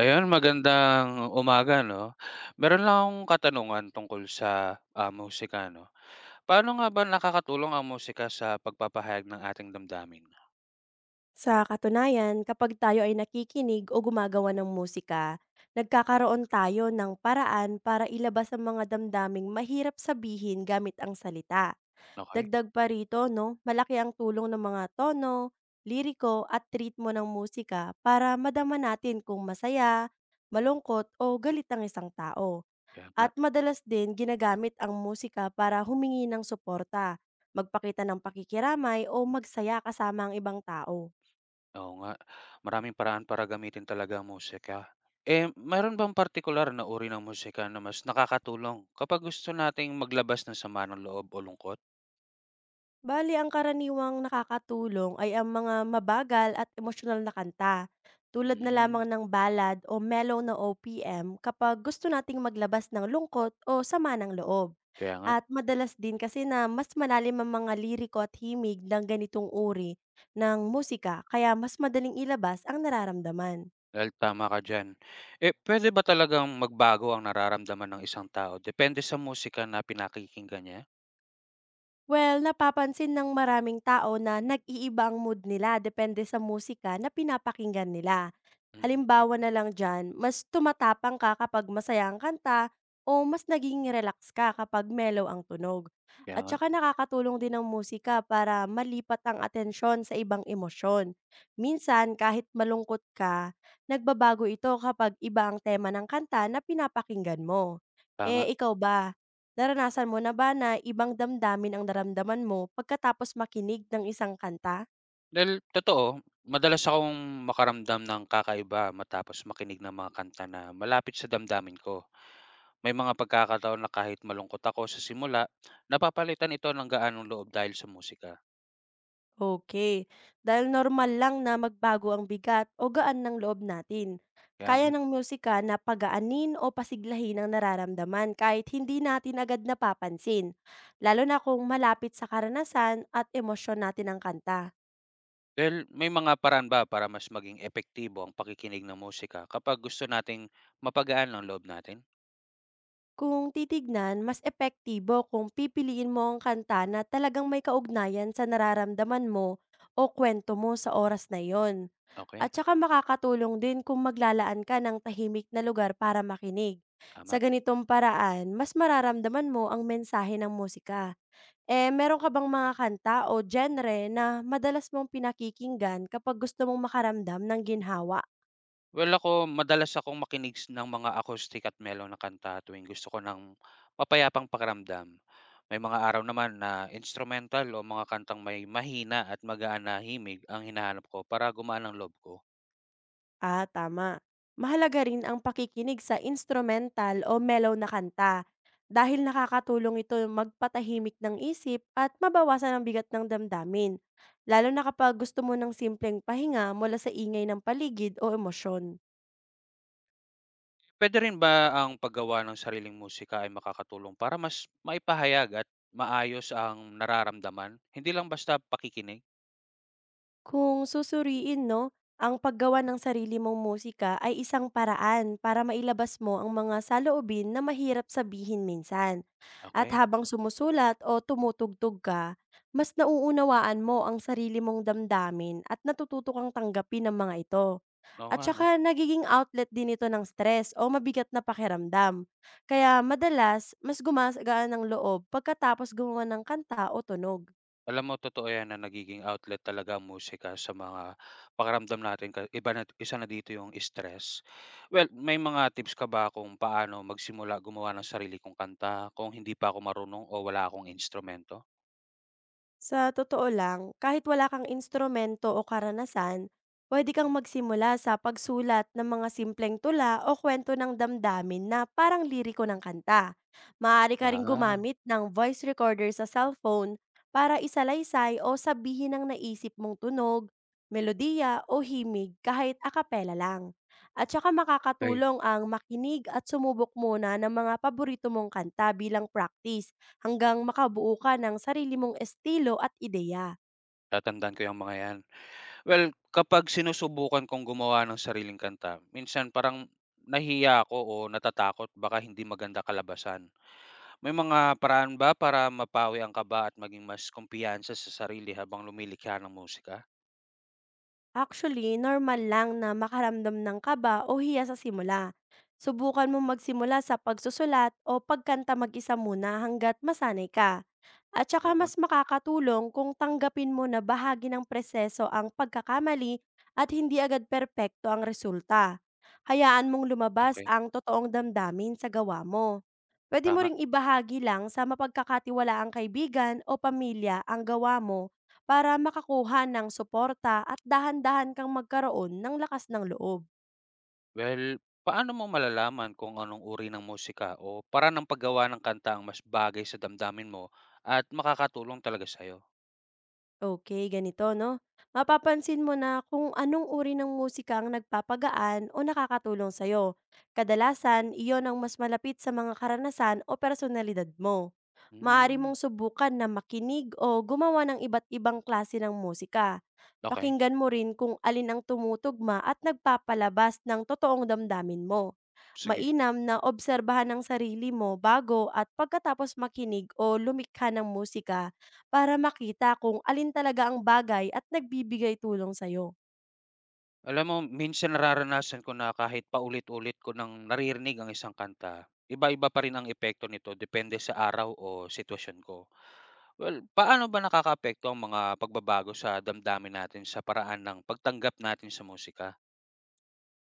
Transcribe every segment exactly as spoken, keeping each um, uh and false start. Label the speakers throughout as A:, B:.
A: Ayun, magandang umaga, 'no. Meron lang akong katanungan tungkol sa, ah, musika, 'no. Paano nga ba nakakatulong ang musika sa pagpapahayag ng ating damdamin?
B: Sa katunayan, kapag tayo ay nakikinig o gumagawa ng musika, nagkakaroon tayo ng paraan para ilabas ang mga damdaming mahirap sabihin gamit ang salita.
A: Okay?
B: Dagdag pa rito, no, malaki ang tulong ng mga tono, liriko at ritmo ng musika para madama natin kung masaya, malungkot o galit ang isang tao.
A: Kaya nga.
B: At madalas din ginagamit ang musika para humingi ng suporta, magpakita ng pakikiramay o magsaya kasama ang ibang tao.
A: Oo nga, maraming paraan para gamitin talaga ang musika. Eh, meron bang partikular na uri ng musika na mas nakakatulong kapag gusto nating maglabas ng sama ng loob o lungkot?
B: Bali ang karaniwang nakakatulong ay ang mga mabagal at emosyonal na kanta, tulad na
A: Hmm,
B: lamang ng ballad o mellow na O P M kapag gusto nating maglabas ng lungkot o sama ng loob.
A: kaya nga.
B: At madalas din kasi na mas malalim ang mga liriko at himig ng ganitong uri ng musika, kaya mas madaling ilabas ang nararamdaman.
A: Well, tama ka diyan. Eh, puwede ba talagang magbago ang nararamdaman ng isang tao depende sa musika na pinakikinggan niya?
B: Well, napapansin ng maraming tao na nag iibang mood nila depende sa musika na pinapakinggan nila.
A: Mm,
B: Halimbawa na lang dyan, mas tumatapang ka kapag masaya ang kanta o mas naging relax ka kapag mellow ang tunog.
A: kaya
B: At
A: nga,
B: saka nakakatulong din ang musika para malipat ang atensyon sa ibang emosyon. Minsan, kahit malungkot ka, nagbabago ito kapag iba ang tema ng kanta na pinapakinggan mo.
A: tama.
B: Eh, ikaw ba? Naranasan mo na ba na ibang damdamin ang naramdaman mo pagkatapos makinig ng isang kanta?
A: Dahil totoo, madalas akong makaramdam ng kakaiba matapos makinig ng mga kanta na malapit sa damdamin ko. May mga pagkakataon na kahit malungkot ako sa simula, napapalitan ito ng gaanong loob dahil sa musika.
B: Okay, dahil normal lang na magbago ang bigat o gaan ng loob natin.
A: Kaya
B: Kaya
A: nga.
B: ng musika na pagaanin o pasiglahin ang nararamdaman kahit hindi natin agad napapansin, lalo na kung malapit sa karanasan at emosyon natin ang kanta.
A: Well, may mga paraan ba para mas maging epektibo ang pakikinig ng musika kapag gusto nating mapagaan ang loob natin?
B: Kung titignan, mas epektibo kung pipiliin mo ang kanta na talagang may kaugnayan sa nararamdaman mo o kwento mo sa oras na iyon.
A: Okay.
B: At saka makakatulong din kung maglalaan ka ng tahimik na lugar para makinig. Sa
A: Tama.
B: ganitong paraan, mas mararamdaman mo ang mensahe ng musika. Eh, meron ka bang mga kanta o genre na madalas mong pinakikinggan kapag gusto mong makaramdam ng ginhawa?
A: Well, ako madalas akong makinig s ng mga acoustic at mellow na kanta tuwing gusto ko ng mapayapang pakiramdam. May mga araw naman na instrumental o mga kantang may mahina at magaan na himig ang hinahanap ko para gumaan ang loob ko.
B: Ah, tama. Mahalaga rin ang pakikinig sa instrumental o mellow na kanta, dahil nakakatulong ito magpatahimik ng isip at mabawasan ang bigat ng damdamin, lalo na kapag gusto mo ng simpleng pahinga mula sa ingay ng paligid o emosyon.
A: Puwede rin ba ang paggawa ng sariling musika ay makakatulong para mas maipahayag at maayos ang nararamdaman, hindi lang basta pakikinig?
B: Kung susuriin, no, ang paggawa ng sarili mong musika ay isang paraan para mailabas mo ang mga saloobin na mahirap sabihin minsan. At
A: Okay.
B: habang sumusulat o tumutugtog ka, mas nauunawaan mo ang sarili mong damdamin at natututo kang tanggapin ang mga ito.
A: Oo
B: At
A: nga, 'no.
B: saka nagiging outlet din ito ng stress o mabigat na pakiramdam. Kaya madalas, mas gumagaan ng loob pagkatapos gumawa ng kanta o tunog.
A: Alam mo, totoo 'yan na nagiging outlet talaga ang musika sa mga pakiramdam natin, ka iba na isa na dito yung stress. Well, may mga tips ka ba kung paano magsimula gumawa ng sarili kong kanta kung hindi pa ako marunong o wala akong instrumento?
B: Sa totoo lang, kahit wala kang instrumento o karanasan, pwede kang magsimula sa pagsulat ng mga simpleng tula o kwento ng damdamin na parang liriko ng kanta. Maaari ka rin
A: Ah,
B: gumamit ng voice recorder sa cellphone para isalaysay o sabihin ang naisip mong tunog, melodiya o himig kahit akapela lang. At saka
A: okay.
B: makakatulong ang makinig at sumubok muna ng mga paborito mong kanta bilang practice, hanggang makabuo ka ng sarili mong estilo at ideya.
A: Tatandaan ko yung mga 'yan. Well, kapag sinusubukan kong gumawa ng sariling kanta, minsan parang nahiya ako o natatakot baka hindi maganda kalabasan. May mga paraan ba para mapawi ang kaba at maging mas kumpiyansa sa sarili habang lumilikha ng musika?
B: Actually, normal lang na makaramdam ng kaba o hiya sa simula. Subukan mo magsimula sa pagsusulat o pagkanta mag-isa muna hanggat masanay ka. At
A: Oo
B: saka
A: nga,
B: mas makakatulong kung tanggapin mo na bahagi ng preseso ang pagkakamali at hindi agad perpekto ang resulta. Hayaan mong lumabas
A: okey,
B: ang totoong damdamin sa gawa mo. Pwede mo
A: tama.
B: ring ibahagi lang sa mapagkakatiwalaang kaibigan o pamilya ang gawa mo para makakuha ng suporta at dahan-dahan kang magkaroon ng lakas ng loob.
A: Well, paano mo malalaman kung anong uri ng musika o para ng paggawa ng kanta ang mas bagay sa damdamin mo at makakatulong talaga sa'yo?
B: Okay, ganito 'no, mapapansin mo na kung anong uri ng musika ang nagpapagaan o nakakatulong sa'yo. Kadalasan, iyon ang mas malapit sa mga karanasan o personalidad mo. Maaari
A: Hmm,
B: mong subukan na makinig o gumawa ng iba't ibang klase ng musika.
A: okey,
B: Pakinggan mo rin kung alin ang tumutugma at nagpapalabas ng totoong damdamin mo.
A: sige.
B: Mainam na obserbahan ang sarili mo bago at pagkatapos makinig o lumikha ng musika, para makita kung alin talaga ang bagay at nagbibigay tulong sa'yo.
A: Alam mo, minsan nararanasan ko na kahit paulit-ulit ko ng naririnig ang isang kanta, iba-iba pa rin ang epekto nito depende sa araw o sitwasyon ko. Well, paano ba nakakaapekto ang mga pagbabago sa damdamin natin sa paraan ng pagtanggap natin sa musika?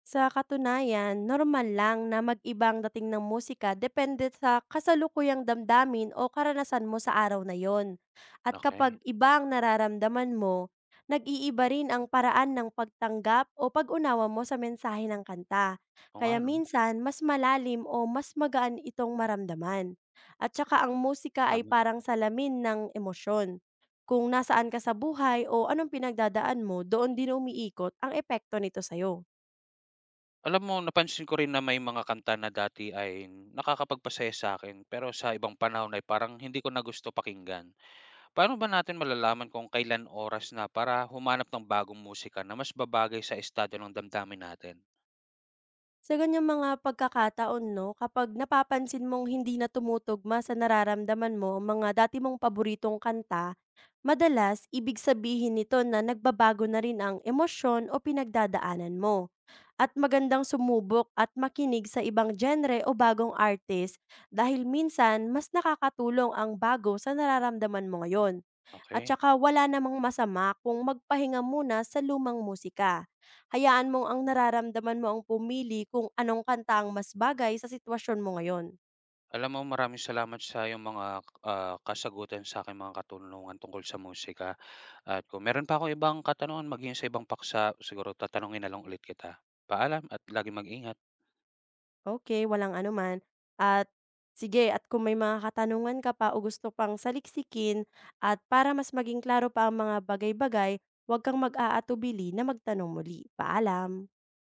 B: Sa katunayan, normal lang na mag-iba dating ng musika depende sa kasalukuyang damdamin o karanasan mo sa araw na yon. At
A: Okay?
B: kapag iba ang nararamdaman mo, nag-iiba rin ang paraan ng pagtanggap o pag-unawa mo sa mensahe ng kanta.
A: Oo nga,
B: Kaya
A: 'no,
B: minsan, mas malalim o mas magaan itong maramdaman. At saka ang musika ay
A: tama.
B: parang salamin ng emosyon. Kung nasaan ka sa buhay o anong pinagdadaan mo, doon din umiikot ang epekto nito sa'yo.
A: Alam mo, napansin ko rin na may mga kanta na dati ay nakakapagpasaya sa'kin, pero sa ibang panahon ay parang hindi ko na gusto pakinggan. Paano ba natin malalaman kung kailan oras na para humanap ng bagong musika na mas babagay sa estado ng damdamin natin?
B: Sa ganyang mga pagkakataon 'no, kapag napapansin mong hindi na tumutugma sa nararamdaman mo ang mga dati mong paboritong kanta, madalas ibig sabihin nito na nagbabago na rin ang emosyon o pinagdadaanan mo. At magandang sumubok at makinig sa ibang genre o bagong artist, dahil minsan mas nakakatulong ang bago sa nararamdaman mo ngayon. At
A: Okay?
B: saka wala namang masama kung magpahinga muna sa lumang musika. Hayaan mong ang nararamdaman mo ang pumili kung anong kanta ang mas bagay sa sitwasyon mo ngayon.
A: Alam mo, maraming salamat sa iyong mga, ah, kasagutan sa aking mga katanungan tungkol sa musika, at kung meron pa ako ibang katanungan maging sa ibang paksa siguro tatanungin na lang ulit kita. Paalam at laging mag-ingat.
B: Okay, walang anuman. At sige, at kung may mga katanungan ka pa o gusto pang saliksikin at para mas maging klaro pa ang mga bagay-bagay, huwag kang mag-aatubili na magtanong muli. Paalam.